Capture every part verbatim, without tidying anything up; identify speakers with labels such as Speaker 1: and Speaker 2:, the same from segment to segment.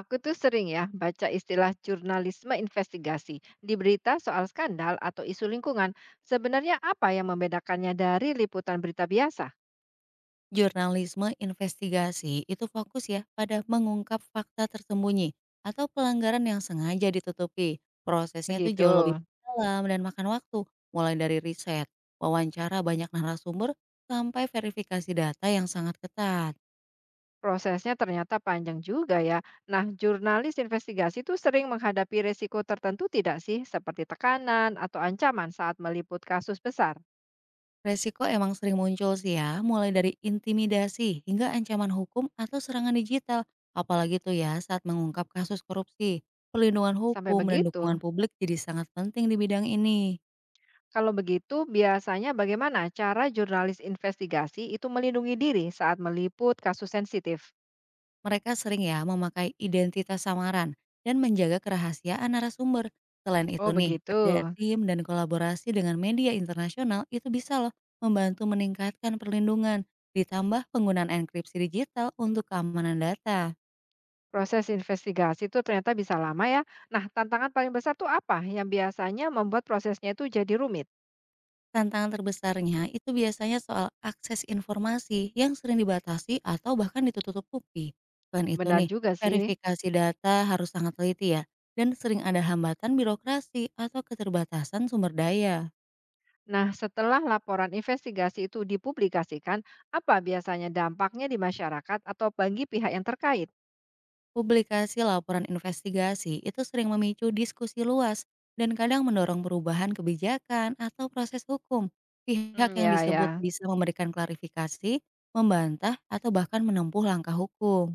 Speaker 1: Aku tuh sering ya baca istilah jurnalisme investigasi di berita soal skandal atau isu lingkungan. Sebenarnya apa yang membedakannya dari liputan berita biasa?
Speaker 2: Jurnalisme investigasi itu fokus ya pada mengungkap fakta tersembunyi atau pelanggaran yang sengaja ditutupi. Prosesnya itu
Speaker 1: Begitu.
Speaker 2: jauh lebih dalam dan makan waktu, mulai dari riset, wawancara banyak narasumber, sampai verifikasi data yang sangat ketat.
Speaker 1: Prosesnya ternyata panjang juga ya. Nah, jurnalis investigasi tuh sering menghadapi resiko tertentu tidak sih? Seperti tekanan atau ancaman saat meliput kasus besar.
Speaker 2: Resiko emang sering muncul sih ya, mulai dari intimidasi hingga ancaman hukum atau serangan digital. Apalagi tuh ya saat mengungkap kasus korupsi. Perlindungan
Speaker 1: Sampai
Speaker 2: hukum dan
Speaker 1: begitu.
Speaker 2: dukungan publik jadi sangat penting di bidang ini.
Speaker 1: Kalau begitu, biasanya bagaimana cara jurnalis investigasi itu melindungi diri saat meliput kasus sensitif?
Speaker 2: Mereka sering ya memakai identitas samaran dan menjaga kerahasiaan narasumber. Selain itu
Speaker 1: Oh,
Speaker 2: nih,
Speaker 1: begitu.
Speaker 2: kerja tim dan kolaborasi dengan media internasional itu bisa loh membantu meningkatkan perlindungan, ditambah penggunaan enkripsi digital untuk keamanan data.
Speaker 1: Proses investigasi itu ternyata bisa lama ya. Nah, tantangan paling besar tuh apa yang biasanya membuat prosesnya itu jadi rumit?
Speaker 2: Tantangan terbesarnya itu biasanya soal akses informasi yang sering dibatasi atau bahkan ditutup-tutupi. Selain itu
Speaker 1: Benar
Speaker 2: nih,
Speaker 1: juga sih.
Speaker 2: verifikasi data harus sangat teliti ya, dan sering ada hambatan birokrasi atau keterbatasan sumber daya.
Speaker 1: Nah, setelah laporan investigasi itu dipublikasikan, apa biasanya dampaknya di masyarakat atau bagi pihak yang terkait?
Speaker 2: Publikasi laporan investigasi itu sering memicu diskusi luas dan kadang mendorong perubahan kebijakan atau proses hukum. Pihak
Speaker 1: Hmm,
Speaker 2: yang
Speaker 1: ya,
Speaker 2: disebut
Speaker 1: ya.
Speaker 2: bisa memberikan klarifikasi, membantah, atau bahkan menempuh langkah hukum.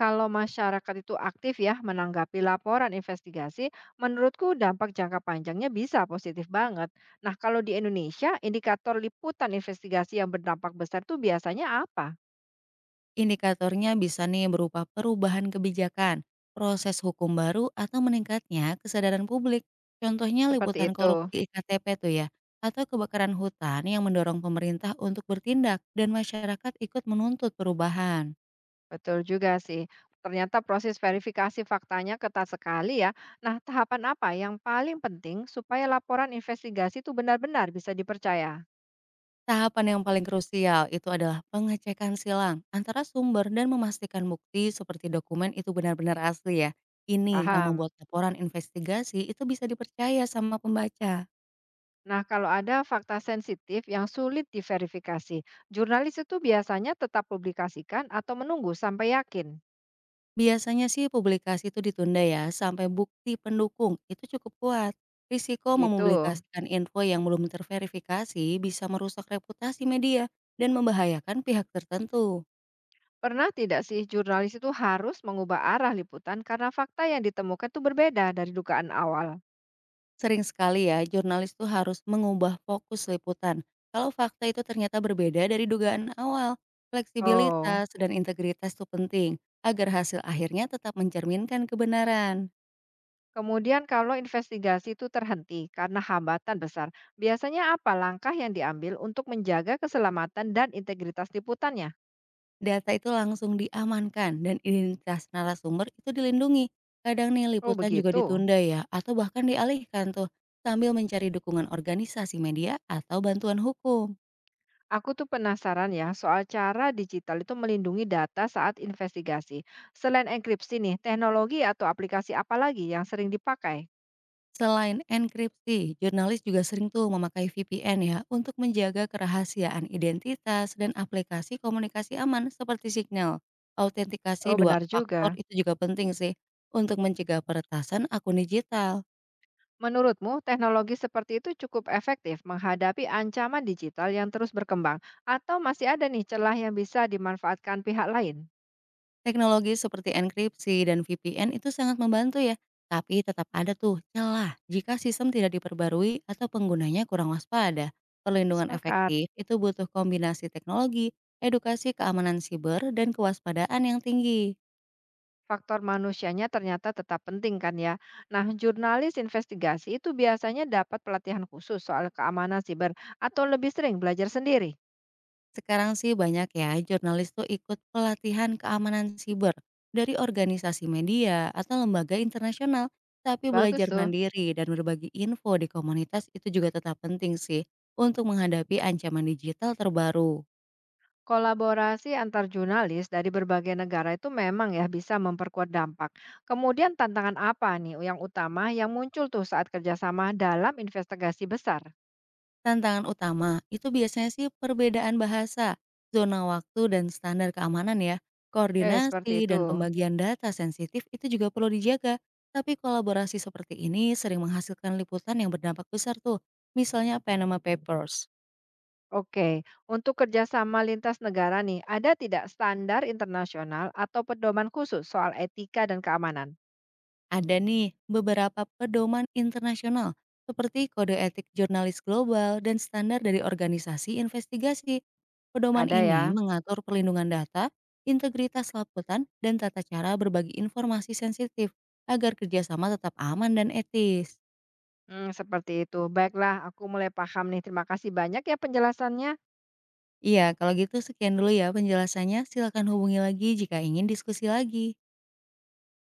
Speaker 1: Kalau masyarakat itu aktif ya menanggapi laporan investigasi, menurutku dampak jangka panjangnya bisa positif banget. Nah, kalau di Indonesia, indikator liputan investigasi yang berdampak besar tuh biasanya apa?
Speaker 2: Indikatornya bisa nih berupa perubahan kebijakan, proses hukum baru, atau meningkatnya kesadaran publik. Contohnya
Speaker 1: Seperti
Speaker 2: liputan
Speaker 1: itu.
Speaker 2: korupsi I K T P tuh ya, atau kebakaran hutan yang mendorong pemerintah untuk bertindak dan masyarakat ikut menuntut perubahan.
Speaker 1: Betul juga sih. Ternyata proses verifikasi faktanya ketat sekali ya. Nah, tahapan apa yang paling penting supaya laporan investigasi itu benar-benar bisa dipercaya?
Speaker 2: Tahapan yang paling krusial itu adalah pengecekan silang antara sumber dan memastikan bukti seperti dokumen itu benar-benar asli ya. Ini yang membuat
Speaker 1: Paham.
Speaker 2: laporan investigasi itu bisa dipercaya sama pembaca.
Speaker 1: Nah, kalau ada fakta sensitif yang sulit diverifikasi, jurnalis itu biasanya tetap publikasikan atau menunggu sampai yakin.
Speaker 2: Biasanya sih publikasi itu ditunda ya sampai bukti pendukung itu cukup kuat. Risiko
Speaker 1: Gitu.
Speaker 2: mempublikasikan info yang belum terverifikasi bisa merusak reputasi media dan membahayakan pihak tertentu.
Speaker 1: Pernah tidak sih jurnalis itu harus mengubah arah liputan karena fakta yang ditemukan itu berbeda dari dugaan awal?
Speaker 2: Sering sekali ya, jurnalis tuh harus mengubah fokus liputan. Kalau fakta itu ternyata berbeda dari dugaan awal,
Speaker 1: Oh.
Speaker 2: fleksibilitas dan integritas tuh penting agar hasil akhirnya tetap mencerminkan kebenaran.
Speaker 1: Kemudian kalau investigasi itu terhenti karena hambatan besar, biasanya apa langkah yang diambil untuk menjaga keselamatan dan integritas liputannya?
Speaker 2: Data itu langsung diamankan dan identitas narasumber itu dilindungi. Kadang nih
Speaker 1: Oh,
Speaker 2: liputan juga
Speaker 1: begitu.
Speaker 2: ditunda ya atau bahkan dialihkan tuh sambil mencari dukungan organisasi media atau bantuan hukum.
Speaker 1: Aku tuh penasaran ya soal cara digital itu melindungi data saat investigasi. Selain enkripsi nih, teknologi atau aplikasi apa lagi yang sering dipakai?
Speaker 2: Selain enkripsi, jurnalis juga sering tuh memakai V P N ya untuk menjaga kerahasiaan identitas dan aplikasi komunikasi aman seperti Signal. Autentikasi
Speaker 1: Oh,
Speaker 2: dua
Speaker 1: benar
Speaker 2: faktor
Speaker 1: juga.
Speaker 2: itu juga penting sih untuk mencegah peretasan akun digital.
Speaker 1: Menurutmu, teknologi seperti itu cukup efektif menghadapi ancaman digital yang terus berkembang, atau masih ada nih celah yang bisa dimanfaatkan pihak lain?
Speaker 2: Teknologi seperti enkripsi dan V P N itu sangat membantu ya, tapi tetap ada tuh celah jika sistem tidak diperbarui atau penggunanya kurang waspada. Perlindungan
Speaker 1: Sepakat.
Speaker 2: efektif itu butuh kombinasi teknologi, edukasi keamanan siber, dan kewaspadaan yang tinggi.
Speaker 1: Faktor manusianya ternyata tetap penting kan ya. Nah, jurnalis investigasi itu biasanya dapat pelatihan khusus soal keamanan siber atau lebih sering belajar sendiri.
Speaker 2: Sekarang sih banyak ya jurnalis tuh ikut pelatihan keamanan siber dari organisasi media atau lembaga internasional, tapi
Speaker 1: Bagus
Speaker 2: belajar
Speaker 1: tuh.
Speaker 2: mandiri dan berbagi info di komunitas itu juga tetap penting sih untuk menghadapi ancaman digital terbaru.
Speaker 1: Kolaborasi antar jurnalis dari berbagai negara itu memang ya bisa memperkuat dampak. Kemudian tantangan apa nih yang utama yang muncul tuh saat kerjasama dalam investigasi besar?
Speaker 2: Tantangan utama itu biasanya sih perbedaan bahasa, zona waktu dan standar keamanan ya.
Speaker 1: Eh, seperti
Speaker 2: Koordinasi
Speaker 1: itu.
Speaker 2: dan pembagian data sensitif itu juga perlu dijaga. Tapi kolaborasi seperti ini sering menghasilkan liputan yang berdampak besar tuh. Misalnya Panama Papers.
Speaker 1: Oke, untuk kerjasama lintas negara nih, ada tidak standar internasional atau pedoman khusus soal etika dan keamanan?
Speaker 2: Ada nih beberapa pedoman internasional seperti kode etik jurnalis global dan standar dari organisasi investigasi. Pedoman
Speaker 1: Ada
Speaker 2: ini
Speaker 1: ya.
Speaker 2: mengatur perlindungan data, integritas laporan, dan tata cara berbagi informasi sensitif agar kerjasama tetap aman dan etis.
Speaker 1: Hmm, seperti itu. Baiklah, aku mulai paham nih. Terima kasih banyak ya penjelasannya.
Speaker 2: Iya, kalau gitu sekian dulu ya penjelasannya. Silakan hubungi lagi jika ingin diskusi lagi.